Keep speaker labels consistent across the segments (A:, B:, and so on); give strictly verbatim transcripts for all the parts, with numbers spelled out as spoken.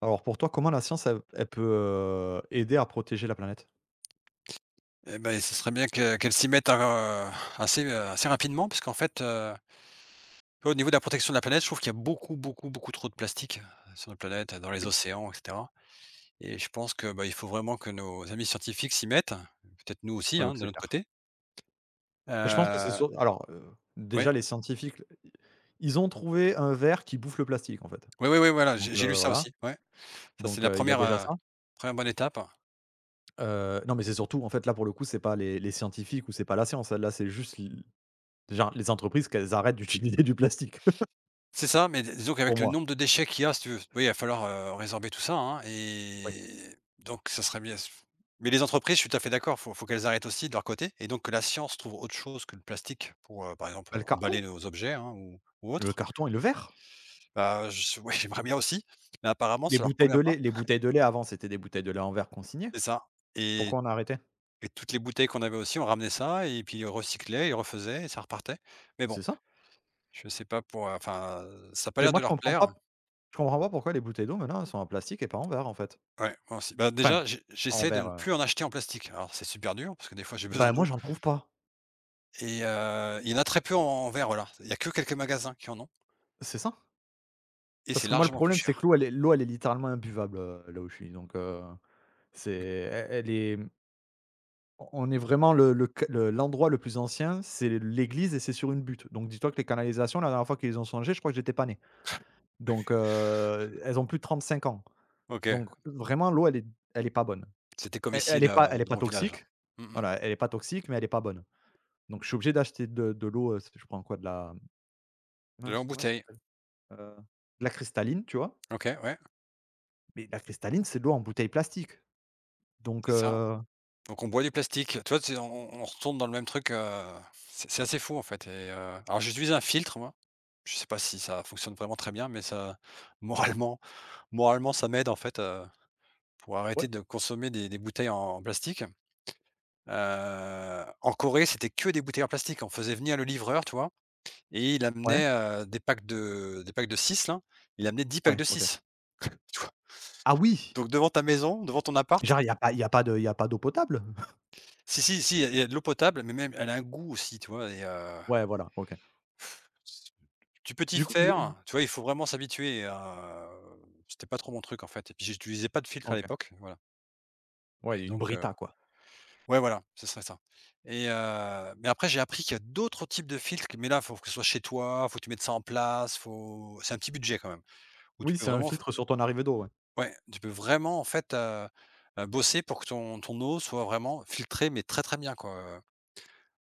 A: Alors pour toi, comment la science, elle elle peut, heu, aider à protéger la planète?
B: Eh ben, ce serait bien que qu'elle s'y mette, heu, assez, heu, assez rapidement parce qu'en fait, heu, au niveau de la protection de la planète, je trouve qu'il y a beaucoup, beaucoup, beaucoup trop de plastique, euh, sur notre planète, euh, dans les
A: Oui,
B: océans et cetera, et je pense que, bah, il faut vraiment que nos amis scientifiques s'y mettent, peut-être nous aussi,
A: ouais,
B: hein,
A: donc
B: de
A: c'est
B: notre
A: clair.
B: côté.
A: Bah, je pense que c'est
B: Heu,
A: sur alors, heu, déjà
B: ouais.
A: les scientifiques, ils ont trouvé un verre qui bouffe le plastique en fait.
B: Oui, oui, oui, voilà,
A: Donc,
B: j'ai j'ai
A: heu,
B: lu ça
A: voilà,
B: aussi, ouais. Ça, c'est
A: donc,
B: la
A: heu, il y a
B: première
A: déjà
B: re
A: ça.
B: heu, bonne étape.
A: Heu, non mais c'est surtout en fait là pour le coup c'est pas les les scientifiques ou c'est pas la science, là c'est juste l déjà les entreprises qu'elles arrêtent d'utiliser du plastique.
B: C'est ça, mais dis disons
A: Pour
B: qu'avec le
A: moi.
B: nombre de déchets qu'il y a, si tu veux, oui, il va falloir, heu, résorber tout ça, hein,
A: Oui.
B: et donc ça serait bien, mais les entreprises, je suis tout à fait d'accord, faut faut qu'elles arrêtent aussi de leur côté, et donc que la science trouve autre chose que le plastique pour, heu, par exemple,
A: Bah, le
B: emballer
A: carton,
B: nos objets, hein, ou ou
A: le
B: autre.
A: carton et le verre.
B: Bah, je ouais, j'aimerais bien aussi, mais apparemment
A: Les
B: ça leur
A: bouteilles de
B: convient pas.
A: lait les bouteilles de lait avant c'était des bouteilles de lait en verre consignées.
B: C'est ça, et
A: Pourquoi on a arrêté?
B: et toutes les bouteilles qu'on avait aussi, on ramenait ça et puis ils recyclaient, ils refaisaient et ça repartait. Mais bon,
A: C'est ça.
B: je sais pas pour, heu, enfin, ça a pas
A: C'est
B: l'air
A: moi
B: de
A: je
B: leur
A: comprends
B: plaire.
A: pas Je comprends pas pourquoi les bouteilles d'eau maintenant elles sont en plastique et pas en verre en fait.
B: Ouais, moi aussi. Bah,
A: Enfin,
B: déjà, j'ai
A: en
B: j'essaie de
A: verre,
B: ne
A: heu,
B: plus en acheter en plastique. Alors c'est super dur parce que des fois j'ai besoin
A: bah, moi
B: d'eau,
A: j'en trouve pas,
B: et heu, il y en a très peu en en verre, là. Il y a que quelques magasins qui en ont
A: c'est ça.
B: et
A: Parce
B: c'est
A: que moi le
B: largement plus
A: problème c'est que
B: cher.
A: l'eau elle est l'eau elle est littéralement imbuvable, heu, là où je suis donc, heu, c'est
B: Mmh.
A: elle elle est on est vraiment le le q le l'endroit le plus ancien, c'est l'église et c'est sur une butte. Donc dis-toi que les canalisations la dernière fois qu'ils les ont changées, je crois que j'étais pas né. Donc, heu, elles ont plus de 35 ans.
B: OK.
A: Donc vraiment l'eau elle est elle est pas bonne.
B: C'était comme
A: Elle
B: ici
A: elle est pas
B: là,
A: elle est
B: de
A: pas
B: mon village, là.
A: toxique.
B: Mmh mh.
A: Voilà, elle est pas toxique mais elle est pas bonne. Donc je suis obligé d'acheter de de l'eau, heu, je prends quoi? De la
B: De l'eau
A: mince,
B: en
A: comment elle
B: bouteille.
A: s'appelle? Heu, de la cristalline, tu vois?
B: OK, ouais,
A: Mais la cristalline, c'est de l'eau en bouteille plastique. Donc
B: c'est ça.
A: heu
B: Donc on boit du plastique. Tu vois, tu on on retourne dans le même truc, heu, c'est c'est assez fou en fait, et heu, alors j'utilise un filtre moi. Je sais pas si ça fonctionne vraiment très bien, mais ça moralement moralement ça m'aide en fait, heu pour arrêter
A: ouais.
B: de consommer des des bouteilles en en plastique. Heu, en Corée, c'était que des bouteilles en plastique. On faisait venir le livreur, tu vois? Et il
A: Ouais?
B: amenait, heu, des packs de des packs de six là, il amenait dix packs
A: Ouais,
B: de
A: OK.
B: six. Tu vois?
A: Ah oui!
B: Donc devant ta maison, devant ton appart.
A: Genre il y a pas il y a pas de il y a pas d'eau potable?
B: Si, si, si, il y a de l'eau potable, mais même elle a un goût aussi, tu vois? Et heu,
A: Ouais, voilà, OK.
B: tu peux t'y
A: Du coup le
B: faire, tu vois? Il faut vraiment s'habituer, heu, c'était pas trop mon truc en fait, et puis j'utilisais pas de filtre à
A: OK.
B: l'époque, voilà.
A: Ouais,
B: Et
A: une
B: donc heu
A: Brita, quoi.
B: Ouais, voilà, ce serait ça. Et heu, mais après j'ai appris qu'il y a d'autres types de filtres, mais là, faut que ce soit chez toi, faut que tu mettes ça en place, faut c'est un petit budget quand même, où tu
A: Oui,
B: peux
A: c'est un
B: vraiment f
A: filtre sur ton arrivée d'eau, ouais.
B: ouais, tu peux vraiment en fait, heu heu, bosser pour que ton ton eau soit vraiment filtrée mais très, très bien quoi, heu,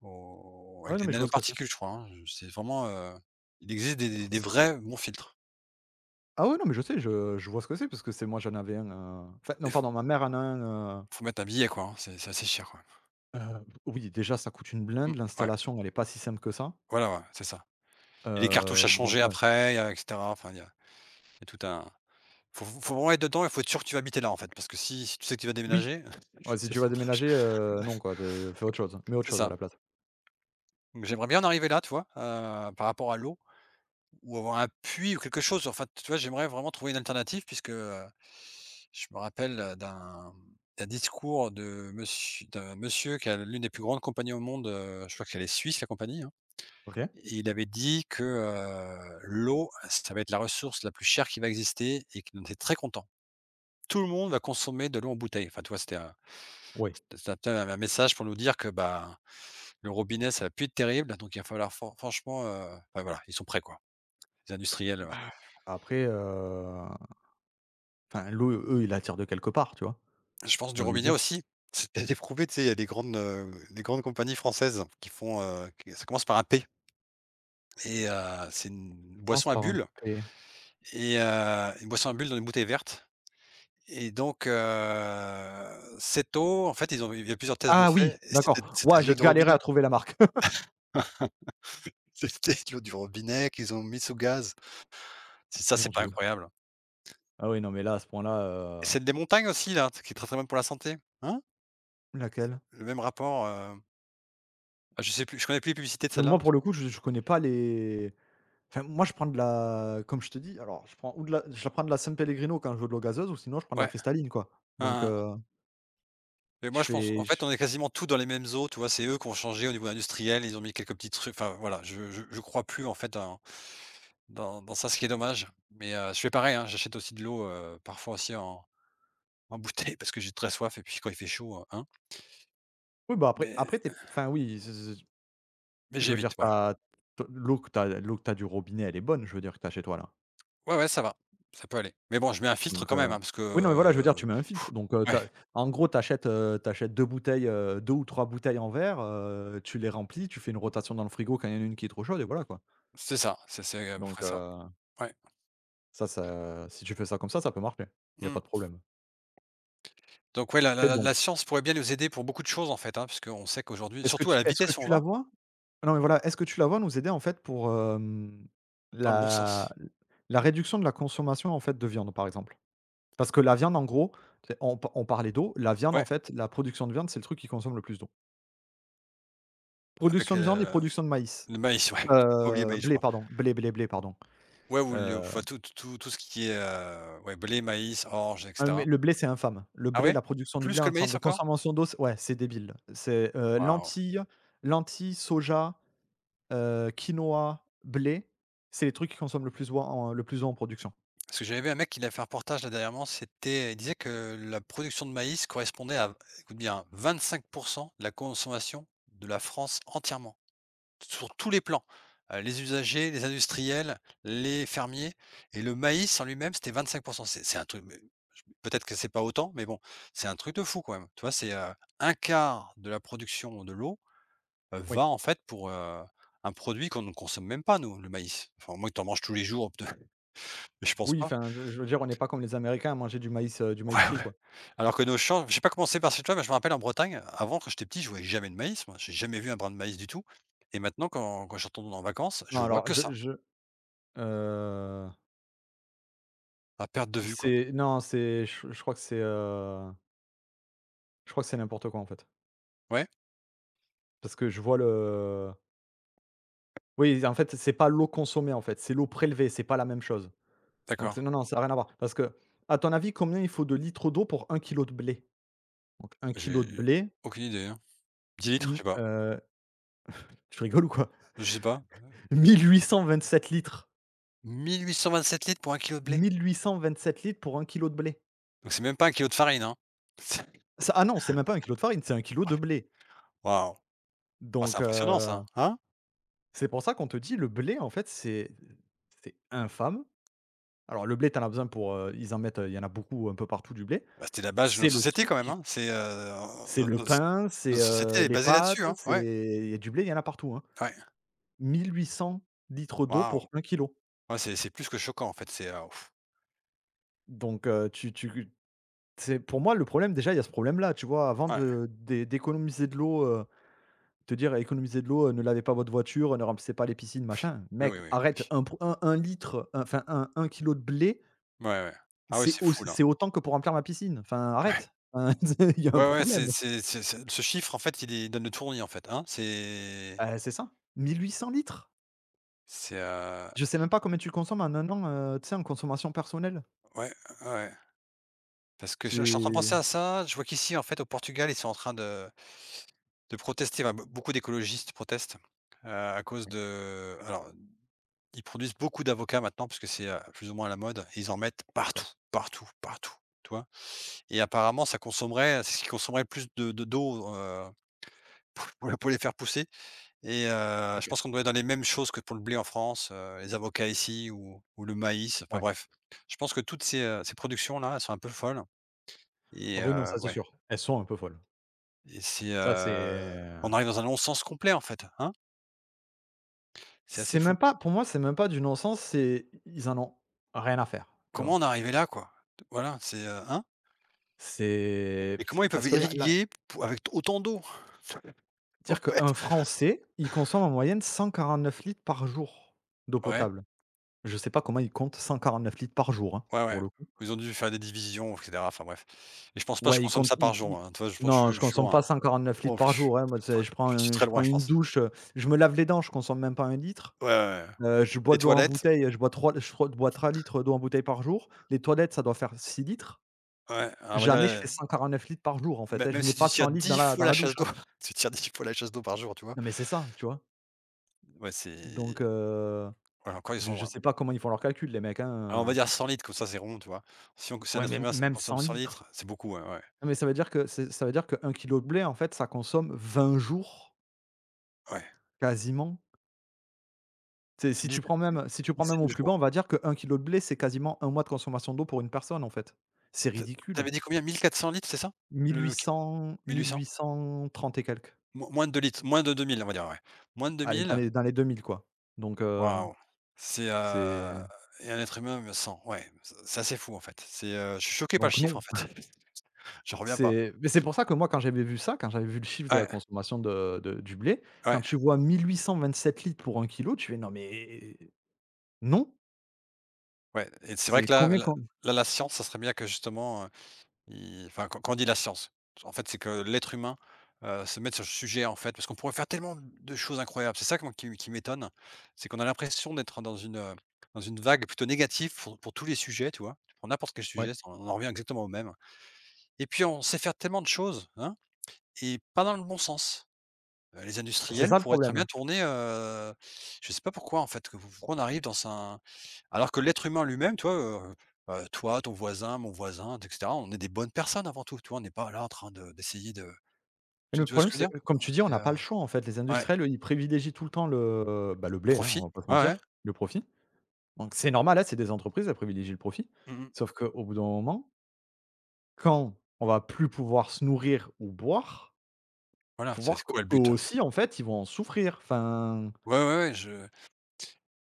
B: au
A: Ah ouais,
B: avec
A: non,
B: des
A: mais je vois ce que c'est.
B: nanoparticules je crois, hein. C'est vraiment, heu, il existe des des des
A: C'est-
B: vrais bons filtres.
A: Ah ouais, non, mais je sais, je je vois ce que c'est parce que c'est moi, j'en avais un, heu enfin non,
B: Il faut
A: pardon, ma mère en a un, heu
B: faut mettre un billet quoi, hein, c'est c'est assez cher quoi.
A: heu, oui, déjà, ça coûte une
B: Mmh,
A: blinde,
B: ouais,
A: l'installation, elle est pas si simple que ça,
B: voilà, ouais, c'est ça. Et les cartouches à
A: heu,
B: changer
A: donc ouais.
B: après, il y a et cetera, enfin il y a il y a tout un... Faut faut faut vraiment être dedans, il faut être sûr que tu vas habiter là, en fait, parce que si si tu sais que tu vas
A: Oui,
B: déménager,
A: ouais, si
B: c'est
A: tu vas
B: dommage.
A: déménager, heu, non quoi, de fais autre chose, mets autre
B: C'est
A: chose à
B: ça.
A: la place.
B: Mais j'aimerais bien en arriver là, tu vois? Heu, par rapport à l'eau, ou avoir un puits ou quelque chose, enfin, tu vois? J'aimerais vraiment trouver une alternative puisque, heu, je me rappelle, heu, d'un d'un discours de monsieur d'un monsieur qui a l'une des plus grandes compagnies au monde, heu, je crois qu'elle est suisse, la compagnie, hein,
A: OK,
B: et il avait dit que, heu, l'eau, ça va être la ressource la plus chère qui va exister et qu'il en était très content. Tout le monde va consommer de l'eau en bouteille. Enfin, tu vois? C'était un...
A: oui.
B: Ça peut être un message pour nous dire que, bah, le robinet, ça va plus être terrible, donc il va falloir fran franchement, heu, enfin voilà, ils sont prêts quoi, les industriels, heu.
A: Bah, après, heu, enfin l'eau, eux, ils l'attirent de quelque part, tu vois?
B: Je pense du
A: J'ai envie de
B: robinet
A: dire.
B: aussi, c'est peut-être éprouvé, tu sais, il y a des grandes, heu, des grandes compagnies françaises qui font, heu, qui ça commence par un P, et heu, c'est une
A: Commence
B: boisson à
A: par un
B: bulles,
A: P.
B: et heu, une boisson à bulles dans une bouteille verte, et donc heu, cette eau, en fait, ils ont... il y a plusieurs tests de
A: Ah
B: faits,
A: oui,
B: et c'était
A: d'accord.
B: c'était
A: Ouah,
B: de l'eau
A: j'ai
B: du
A: galéré à
B: robinet.
A: trouver la marque.
B: C'était de l'eau du robinet qu'ils ont mis sous gaz. Si ça,
A: Mon
B: c'est pas
A: Dieu.
B: incroyable?
A: Ah oui, non mais là, à ce point-là, heu
B: C'est des montagnes aussi là, qui est très, très bonne pour la santé. Hein?
A: laquelle?
B: Le même rapport, heu, ah je sais plus, je connais plus les publicités de
A: Parce que moi,
B: celle-là.
A: pour le coup, je je connais pas les enfin moi, je prends de la comme je te dis, alors je prends ou de la je prends de la San-Pellegrino quand je veux de l'eau gazeuse ou sinon je prends de la
B: Ouais,
A: cristalline, quoi. Donc,
B: hein, hein.
A: heu,
B: Mais
A: je
B: moi je pense
A: fais
B: en fait
A: je
B: on est quasiment tous dans les mêmes eaux, tu vois? C'est eux qui ont changé au niveau industriel, ils ont mis quelques petits trucs, enfin voilà, je je je crois plus en fait dans dans dans ça, ce qui est dommage. Mais, heu, je fais pareil, hein, j'achète aussi de l'eau, heu, parfois aussi en en bouteille parce que j'ai très soif, et puis quand il fait chaud, heu, hein.
A: oui, bah, après
B: Mais
A: après tu es enfin oui, z z
B: mais
A: je veux
B: j'évite,
A: dire, tu
B: voilà.
A: t l'eau que tu as l'eau que tu as du robinet, elle est bonne, je veux dire, que tu as chez toi là.
B: Ouais, ouais, ça va, ça peut aller. Mais bon, je mets un filtre
A: Donc
B: quand
A: heu,
B: même, hein, parce que,
A: oui, non, mais voilà, je veux dire,
B: heu,
A: tu mets un filtre. Donc heu, tu
B: ouais,
A: en gros, tu achètes, deux bouteilles, heu, deux ou trois bouteilles en verre, heu, tu les remplis, tu fais une rotation dans le frigo quand il y en a une qui est trop chaude et voilà quoi.
B: c'est ça, c'est c'est à peu
A: Donc
B: près ça,
A: heu,
B: ouais.
A: ça ça si tu fais ça comme ça, ça peut marcher. Il y a pas
B: Mmh.
A: de problème.
B: Donc ouais, la la
A: Très
B: la
A: bon,
B: la science pourrait bien nous aider pour beaucoup de choses en fait, hein, parce qu'on sait qu'aujourd'hui
A: est-ce que
B: surtout à
A: tu
B: la
A: est-ce que
B: vitesse où on
A: tu la
B: va,
A: vois? Non, mais voilà, est-ce que tu la vois nous aider en fait pour, hem,
B: dans le bon
A: la
B: sens.
A: la réduction de la consommation en fait de viande, par exemple? Parce que la viande en gros, c'est on pa on parlait d'eau, la viande
B: Ouais,
A: en fait, la production de viande, c'est le truc qui consomme le plus d'eau.
B: avec
A: Production de viande et
B: le
A: production de maïs.
B: le maïs, ouais, pas oublié
A: Heu,
B: maïs, je
A: blé
B: crois.
A: pardon, blé, blé, blé pardon.
B: Ouais, ou le
A: Heu,
B: enfin tout tout tout ce qui est, heu, ouais, blé, maïs, orge et
A: ah mais
B: cetera.
A: le blé c'est infâme. Le
B: Ah
A: blé,
B: ouais?
A: la production du
B: Plus
A: blé
B: que
A: en
B: le
A: termes de
B: maïs encore?
A: consommation d'eau, c'est ouais, c'est débile. C'est, heu,
B: Waouh!
A: lentilles lentilles, soja, heu, quinoa, blé, c'est les trucs qui consomment le plus d'eau en le plus d'eau en production.
B: Parce que j'avais vu un mec qui a fait un reportage là dernièrement, c'était il disait que la production de maïs correspondait à écoute bien, vingt-cinq de la consommation de la France entièrement. Sur tous les plans, heu, les usagers, les industriels, les fermiers et le maïs en lui-même, c'était vingt-cinq. C'est c'est un truc, mais peut-être que c'est pas autant, mais bon, c'est un truc de fou quand même. Tu vois, c'est, heu, un quart de la production de l'eau, heu,
A: Oui.
B: va en fait pour, heu, un produit qu'on ne consomme même pas nous, le maïs. Enfin, au moins que tu en manges tous les jours, peut... mais je pense
A: Oui,
B: pas.
A: enfin, je je veux dire, on n'est pas comme les Américains à manger du maïs, heu, du maïs
B: Ouais,
A: frit
B: ouais.
A: quoi.
B: Alors que nos champs, j'ai pas commencé, c'est par chez toi, mais je me rappelle en Bretagne, avant quand j'étais petit, je voyais jamais de maïs moi, j'ai jamais vu un brin de maïs du tout, et maintenant quand quand je retourne en vacances,
A: Non
B: je vois
A: alors
B: que
A: je
B: ça,
A: je heu
B: à perte de vue quoi.
A: C'est non, c'est je je crois que c'est, heu, je crois que c'est n'importe quoi, en fait.
B: Ouais.
A: Parce que je vois le Oui, en fait, c'est pas l'eau consommée, en fait, c'est l'eau prélevée, c'est pas la même chose. Donc
B: D'accord.
A: c'est non, non, ça a rien à voir. Parce que à ton avis, combien il faut de litres d'eau pour un kilo de blé? Donc un kilo de
B: J'ai
A: blé,
B: aucune idée, hein. dix litres?
A: m
B: Je sais pas.
A: heu, tu rigoles ou quoi?
B: Je sais pas.
A: Mille huit cent vingt sept litres.
B: mille huit cent vingt-sept litres pour un kilo de blé?
A: Mille huit cent vingt sept litres pour un kilo de blé.
B: Donc c'est même pas un kilo de farine, hein.
A: Ça ah Non, c'est même pas un kilo de farine, c'est un kilo
B: C'est
A: de
B: ouais,
A: blé.
B: waouh! Ah, c'est
A: Donc
B: impressionnant ça,
A: heu,
B: hein?
A: c'est pour ça qu'on te dit le blé, en fait, c'est c'est infâme. Alors le blé, t'en as besoin pour, heu, ils en mettent, heu, il y en a beaucoup un peu partout du blé.
B: Bah, c'était la base de
A: C'est
B: notre
A: le
B: société quand
A: truc
B: même,
A: qui
B: hein. C'est, heu,
A: c'est
B: no no,
A: le
B: notre
A: pain, c'est,
B: notre
A: heu,
B: société est
A: les
B: basée
A: pâtes,
B: là-dessus, hein.
A: c'est
B: Ouais,
A: il y a du blé, il y en a partout, hein.
B: ouais.
A: mille huit cents L d'eau
B: Waouh!
A: pour un kilo.
B: Ouais, c'est c'est plus que choquant en fait, c'est, heu, ouf.
A: Donc, heu, tu tu c'est pour moi le problème déjà, il y a ce problème-là, tu vois? Avant
B: Ouais.
A: de d'é d'économiser de l'eau, heu, te dire: «Économisez de l'eau, heu, ne lavez pas votre voiture, ne remplissez pas les piscines, machin».
B: Oui, oui,
A: Mec,
B: oui.
A: arrête, un pou un un litre, un enfin un 1 kg de blé,
B: Ouais, ouais. Ah oui,
A: c'est
B: c'est
A: au
B: fou là.
A: c'est autant que pour remplir ma piscine. Enfin
B: Ouais.
A: arrête, hein, tu sais, il y a un
B: Ouais, ouais,
A: problème.
B: c'est c'est c'est c'est ce chiffre en fait, il est il donne le tournis en fait, hein. C'est
A: Heu, c'est ça, mille huit cents litres!
B: c'est, heu,
A: Je sais même pas combien tu consommes en un an, heu, tu sais, en consommation personnelle.
B: ouais, ouais. Parce que je je suis en train de penser
A: C'est
B: à ça. Je vois qu'ici, en fait, au Portugal, ils sont en train de de protester, enfin, be beaucoup d'écologistes protestent, heu, à cause
A: Ouais,
B: de alors, ils produisent beaucoup d'avocats maintenant parce que c'est, heu, plus ou moins à la mode et ils en mettent partout,
A: d'accord,
B: partout, partout, tu vois? Et apparemment, ça consommerait, c'est ce qui consommerait le plus de de d'eau, heu, pour pour le pour les faire pousser, et heu, je
A: OK,
B: pense qu'on doit être dans les mêmes choses que pour le blé en France, heu, les avocats ici, ou ou le maïs, enfin
A: ouais.
B: bref. Je pense que toutes ces, heu, ces productions-là, elles sont un peu folles,
A: Ah
B: et
A: bah, oui, non,
B: heu,
A: ça, c'est
B: ouais.
A: sûr. Elles sont un peu folles.
B: Et c'est,
A: Ça,
B: heu,
A: c'est
B: on arrive dans un non-sens complet, en fait, hein? C'est assez
A: C'est même
B: fou, quoi.
A: pas pour moi, c'est même pas du non-sens, c'est i ils en ont rien à faire, tu vois?
B: Comment on est arrivé là, quoi? Voilà, c'est, heu, hein?
A: C'est
B: Et
A: p
B: comment
A: t
B: ils peuvent
A: Parce que là là
B: irriguer pou avec autant d'eau, en
A: dire
B: fait?
A: qu'un Français, il consomme en moyenne cent quarante-neuf litres par jour d'eau
B: Ouais,
A: potable. Je sais pas comment ils comptent neuf litres par jour, hein,
B: ouais,
A: pour
B: ouais.
A: le coup.
B: Ils ont dû faire des divisions, et cetera, enfin bref. Et je pense pas que je
A: Ouais, il
B: consomme
A: compte
B: ça par
A: il
B: jour,
A: il
B: hein, tu vois? Je pense je
A: non,
B: suis
A: je
B: je suis
A: consomme
B: loin.
A: pas cent quarante-neuf litres
B: Oh, je
A: par
B: suis
A: jour, hein. Moi, c'est je prends
B: je suis
A: un je
B: très
A: prends
B: loin, je
A: une
B: pense.
A: douche, heu, je me lave les dents, je consomme même pas un litre.
B: Ouais, ouais, ouais.
A: Heu, je bois
B: Les
A: de l'eau en
B: toilettes,
A: bouteille, je bois trois, je crois bois trois litres d'eau en bouteille par jour. Les toilettes, ça doit faire six litres.
B: ouais, on va dire,
A: Jamais je fais
B: heu,
A: cent quarante-neuf litres par jour, en fait,
B: mê
A: hein. Je
B: même
A: mets
B: si tu
A: pas cent
B: tires
A: litres dans
B: dix
A: la
B: fois
A: dans
B: la
A: la
B: chasse
A: douche, hein.
B: d'eau, tu tires dix fois la chasse d'eau par jour, tu vois?
A: Non, mais c'est ça, tu vois?
B: Ouais,
A: Donc
B: c'est
A: heu,
B: ouais, encore, ils
A: je
B: sont
A: je
B: loin.
A: sais pas comment ils font leurs calculs, les mecs,
B: Alors, on va
A: hein.
B: dire cent litres, comme ça, c'est rond, tu vois? Si on si un
A: Ouais,
B: être
A: même
B: humain se
A: même
B: consomme
A: cent
B: cent
A: litres.
B: litres, c'est beaucoup, ouais, ouais,
A: Non, mais ça veut dire que c'est ça veut dire que un kilogramme de blé, en fait, ça consomme vingt jours,
B: ouais.
A: quasiment. Tu
B: Une
A: si tu
B: dizaine
A: prends même Si tu
B: une
A: prends même
B: dizaine
A: au
B: de
A: plus
B: jours,
A: bas,
B: ouais.
A: on va dire que un kilo de blé, c'est quasiment un mois de consommation d'eau pour une personne, en fait. C'est
B: Tu
A: ridicule.
B: tu dit combien? mille quatre cents litres, c'est ça?
A: Mille mille huit
B: Le qu
A: cents,
B: 1
A: mille
B: 800?
A: huit cent trente et quelques.
B: Mo moins de deux litres, moins de deux mille, on va dire, ouais. Moins de 2
A: Allez, dans
B: 000,
A: les dans les deux mille quoi. Donc heu,
B: waouh! C'est,
A: c'est
B: heu et un être humain, me cent, ouais. C'est c'est assez fou, en fait. C'est, heu, je suis choqué par le
A: donc
B: chiffre,
A: non.
B: en fait. Je reviens pas.
A: C'est Mais c'est pour ça que moi, quand j'avais vu ça, quand j'avais vu le chiffre de la
B: Ouais,
A: consommation de de du blé, quand
B: ouais,
A: tu vois mille huit cent vingt sept litres pour un kilo, tu fais: «Non mais non!»
B: ouais, et c'est vrai
A: c'est
B: que là
A: combien
B: là
A: qu'on
B: là, la science, ça serait bien que justement, Il enfin, quand quand on dit la science, en fait, c'est que l'être humain, heu, se met sur ce sujet, en fait, parce qu'on pourrait faire tellement de choses incroyables. C'est ça que moi qui qui m'étonne, c'est qu'on a l'impression d'être dans une, heu, dans une vague plutôt négative pour pour tous les sujets, tu vois? Pour n'importe quel
A: Ouais,
B: sujet, on en revient exactement au même, et puis on sait faire tellement de choses, hein, et pas dans le bon sens. Heu, les
A: c'est
B: industriels
A: ça le
B: pourraient très bien
A: problème.
B: tourner, heu, je sais pas pourquoi en fait que pourquoi on arrive dans un, alors que l'être humain lui-même, toi, vois, heu toi, ton voisin, mon voisin, et cetera, on est des bonnes personnes avant tout, tu vois? On n'est pas là en train de d'essayer de
A: Mais
B: tu
A: le
B: tu vois ce
A: problème,
B: que je
A: c'est
B: veux dire?
A: comme tu dis, on
B: c'est,
A: n'a
B: heu
A: pas le choix, en fait. Les
B: ouais,
A: industriels, eux, ils privilégient tout le temps le bah, le
B: le
A: blé, hein, on
B: profit.
A: va pas se
B: Ouais, ouais.
A: mentir, le profit. Donc c'est normal, hein, c'est des entreprises, elles privilégient le profit.
B: Mmh mh.
A: Sauf qu'au bout d'un moment, quand on va plus pouvoir se nourrir ou boire,
B: Voilà,
A: faut voir
B: c'est quoi le
A: qu'eux
B: but?
A: aussi, en fait, ils vont en souffrir. Enfin,
B: Ouais, ouais, ouais, je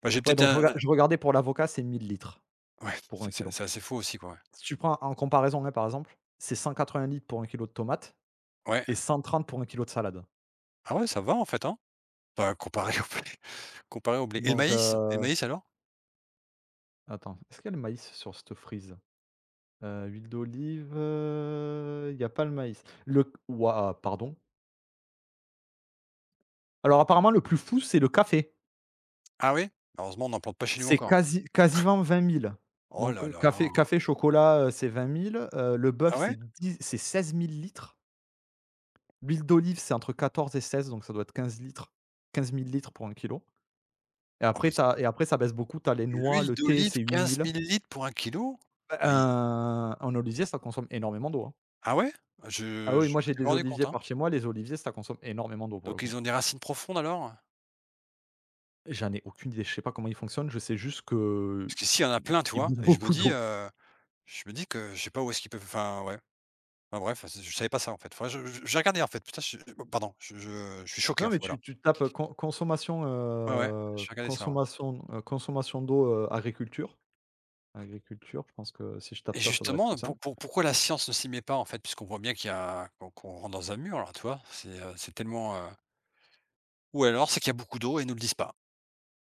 B: bah, j'ai
A: ouais,
B: peut-être
A: donc je
B: un
A: rega
B: un
A: je regardais pour l'avocat, c'est mille litres
B: ouais,
A: pour un
B: c'est c'est
A: kilo.
B: c'est assez faux aussi, quoi, ouais.
A: Si tu prends en comparaison, hein, par exemple, c'est cent quatre-vingts litres pour un kilo de tomates
B: Ouais.
A: et cent trente pour un kilo de salade.
B: Ah ouais, ça va en fait, hein? Bah, comparé au blé, comparé au blé et le
A: Donc
B: maïs? Et le
A: heu,
B: maïs alors?
A: attends, est-ce qu'il y a le maïs sur cette frise? Heu, huile d'olive, euh, il y a pas le maïs. Le c Waouh, pardon? Alors apparemment le plus fou, c'est le café.
B: Ah oui? Heureusement, on n'en plante pas chez nous
A: C'est
B: encore.
A: quasi quasiment vingt mille.
B: Oh
A: Donc,
B: là
A: heu, café
B: là!
A: café, chocolat, heu, c'est vingt mille, heu, le bœuf,
B: Ah ouais?
A: c'est dix c'est seize mille litres. L'huile d'olive, c'est entre quatorze et seize, donc ça doit être quinze litres. quinze mille litres pour un kilo. Et
B: Oh
A: après
B: mais c
A: t'as et après ça baisse beaucoup, tu as les noix,
B: l'huile
A: le thé,
B: d'olive,
A: c'est 8
B: quinze
A: 000.
B: 000 L pour un kilo.
A: Bah,
B: Mais
A: un un olivier, ça consomme énormément d'eau, hein.
B: ah ouais?
A: Ah
B: Je
A: oui,
B: je
A: moi j'ai
B: m'étais pas
A: des
B: rendu compte,
A: oliviers
B: hein.
A: par chez moi, les oliviers, ça consomme énormément d'eau pour le
B: Donc
A: coup.
B: ils ont des racines profondes alors?
A: J'en ai aucune idée, je sais pas comment il fonctionne, je sais juste que
B: Parce qu'ici, il y en a
A: i
B: plein, tu
A: il
B: vois?
A: bout
B: Et je me
A: beaucoup
B: dis,
A: d'eau.
B: heu, je me dis que je sais pas où est-ce qu'ils peuvent, enfin, ouais. Enfin bref, c'est je savais pas ça, en fait. Faudrait je je j'ai regardé, en fait. Putain, je je- oh, pardon, je je je suis choqué,
A: Non,
B: en
A: mais
B: fait, voilà.
A: tu tu tapes, euh, con consommation,
B: Ouais, ouais,
A: heu,
B: j'ai regardé ça, ouais.
A: consommation, heu, consommation d'eau, heu, agriculture. Agriculture, je pense que si je tape
B: Et
A: ça, ça devrait être plus
B: justement,
A: simple.
B: pour pour pourquoi la science ne s'y met pas, en fait? Puisqu'on voit bien qu'il y a qu'on qu'on rentre dans un mur. Alors, tu vois? C'est, heu, c'est tellement, heu ou alors, c'est qu'il y a beaucoup d'eau et ils nous le disent pas,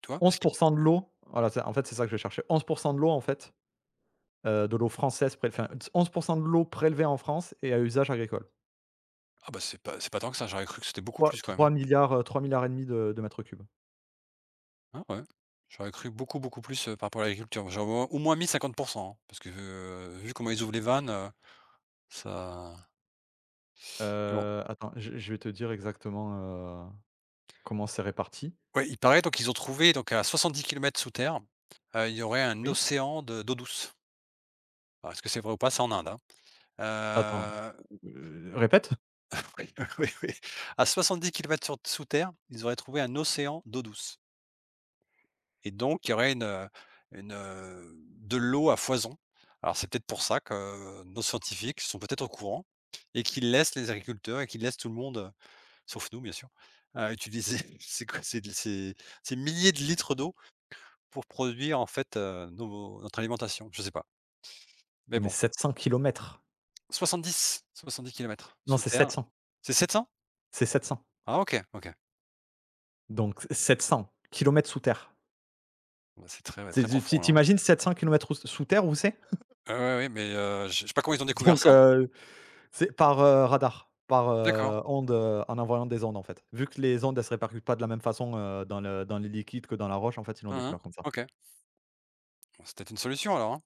B: tu vois?
A: Onze
B: Parce qu'ils
A: pour cent de l'eau, voilà, c'est en fait, c'est ça que je cherchais. Onze pour cent de l'eau, en fait, heu, de l'eau française pré enfin, onze pour cent de l'eau prélevée en France et à usage agricole.
B: Ah bah, c'est pas c'est pas tant que ça, j'aurais cru que c'était beaucoup
A: Trois
B: plus quand même,
A: 3
B: hein.
A: 000 000 000, heu, et demi de de mètres cubes.
B: Ah ouais. J'aurais cru beaucoup, beaucoup plus, heu, par rapport à l'agriculture. J'aurais au au moins mis cinquante, hein, parce que, heu, vu comment ils ouvrent les vannes, heu, ça bon,
A: Heu, attends, je je vais te dire exactement, heu, comment c'est réparti.
B: ouais, il paraît, donc ils ont trouvé, donc à soixante-dix kilomètres sous terre, heu, il y aurait un
A: Oui?
B: océan de d'eau douce. Alors est-ce que c'est vrai ou pas? C'est en Inde, hein.
A: Attends,
B: Heu,
A: heu, répète?
B: oui, oui, oui. À soixante-dix kilomètres sous terre, ils auraient trouvé un océan d'eau douce. Et donc il y aurait une, une, heu, de l'eau à foison. Alors c'est peut-être pour ça que euh, nos scientifiques sont peut-être au courant et qu'ils laissent les agriculteurs et qu'ils laissent tout le monde, heu, sauf nous bien sûr, heu, utiliser ces co ces ces ces milliers de litres d'eau pour produire, en fait, heu, nos notre alimentation, je sais pas. Mais
A: Non, mais
B: bon,
A: sept cents kilomètres.
B: soixante-dix, soixante-dix kilomètres
A: Non,
B: sous
A: c'est sept
B: terre.
A: cents.
B: C'est sept cents.
A: C'est sept cents.
B: Ah, OK, OK.
A: Donc sept cents kilomètres sous terre.
B: Bah, c'est très, ouais,
A: C'est
B: très
A: tu tu
B: profond, là,
A: tu
B: hein.
A: imagines sept cents kilomètres sous sous terre où c'est?
B: Ouais, ouais, ouais, mais heu, je je sais pas comment ils ont découvert
A: Donc
B: ça.
A: heu, c'est par, heu, radar, par,
B: D'accord.
A: heu, onde, heu, en envoyant des ondes, en fait. Vu que les ondes, elles se répercutent pas de la même façon, heu, dans le dans les liquides que dans la roche, en fait, ils l'ont
B: Hein, hein.
A: découvert comme ça.
B: OK. Bon, c'est peut-être une solution alors, hein?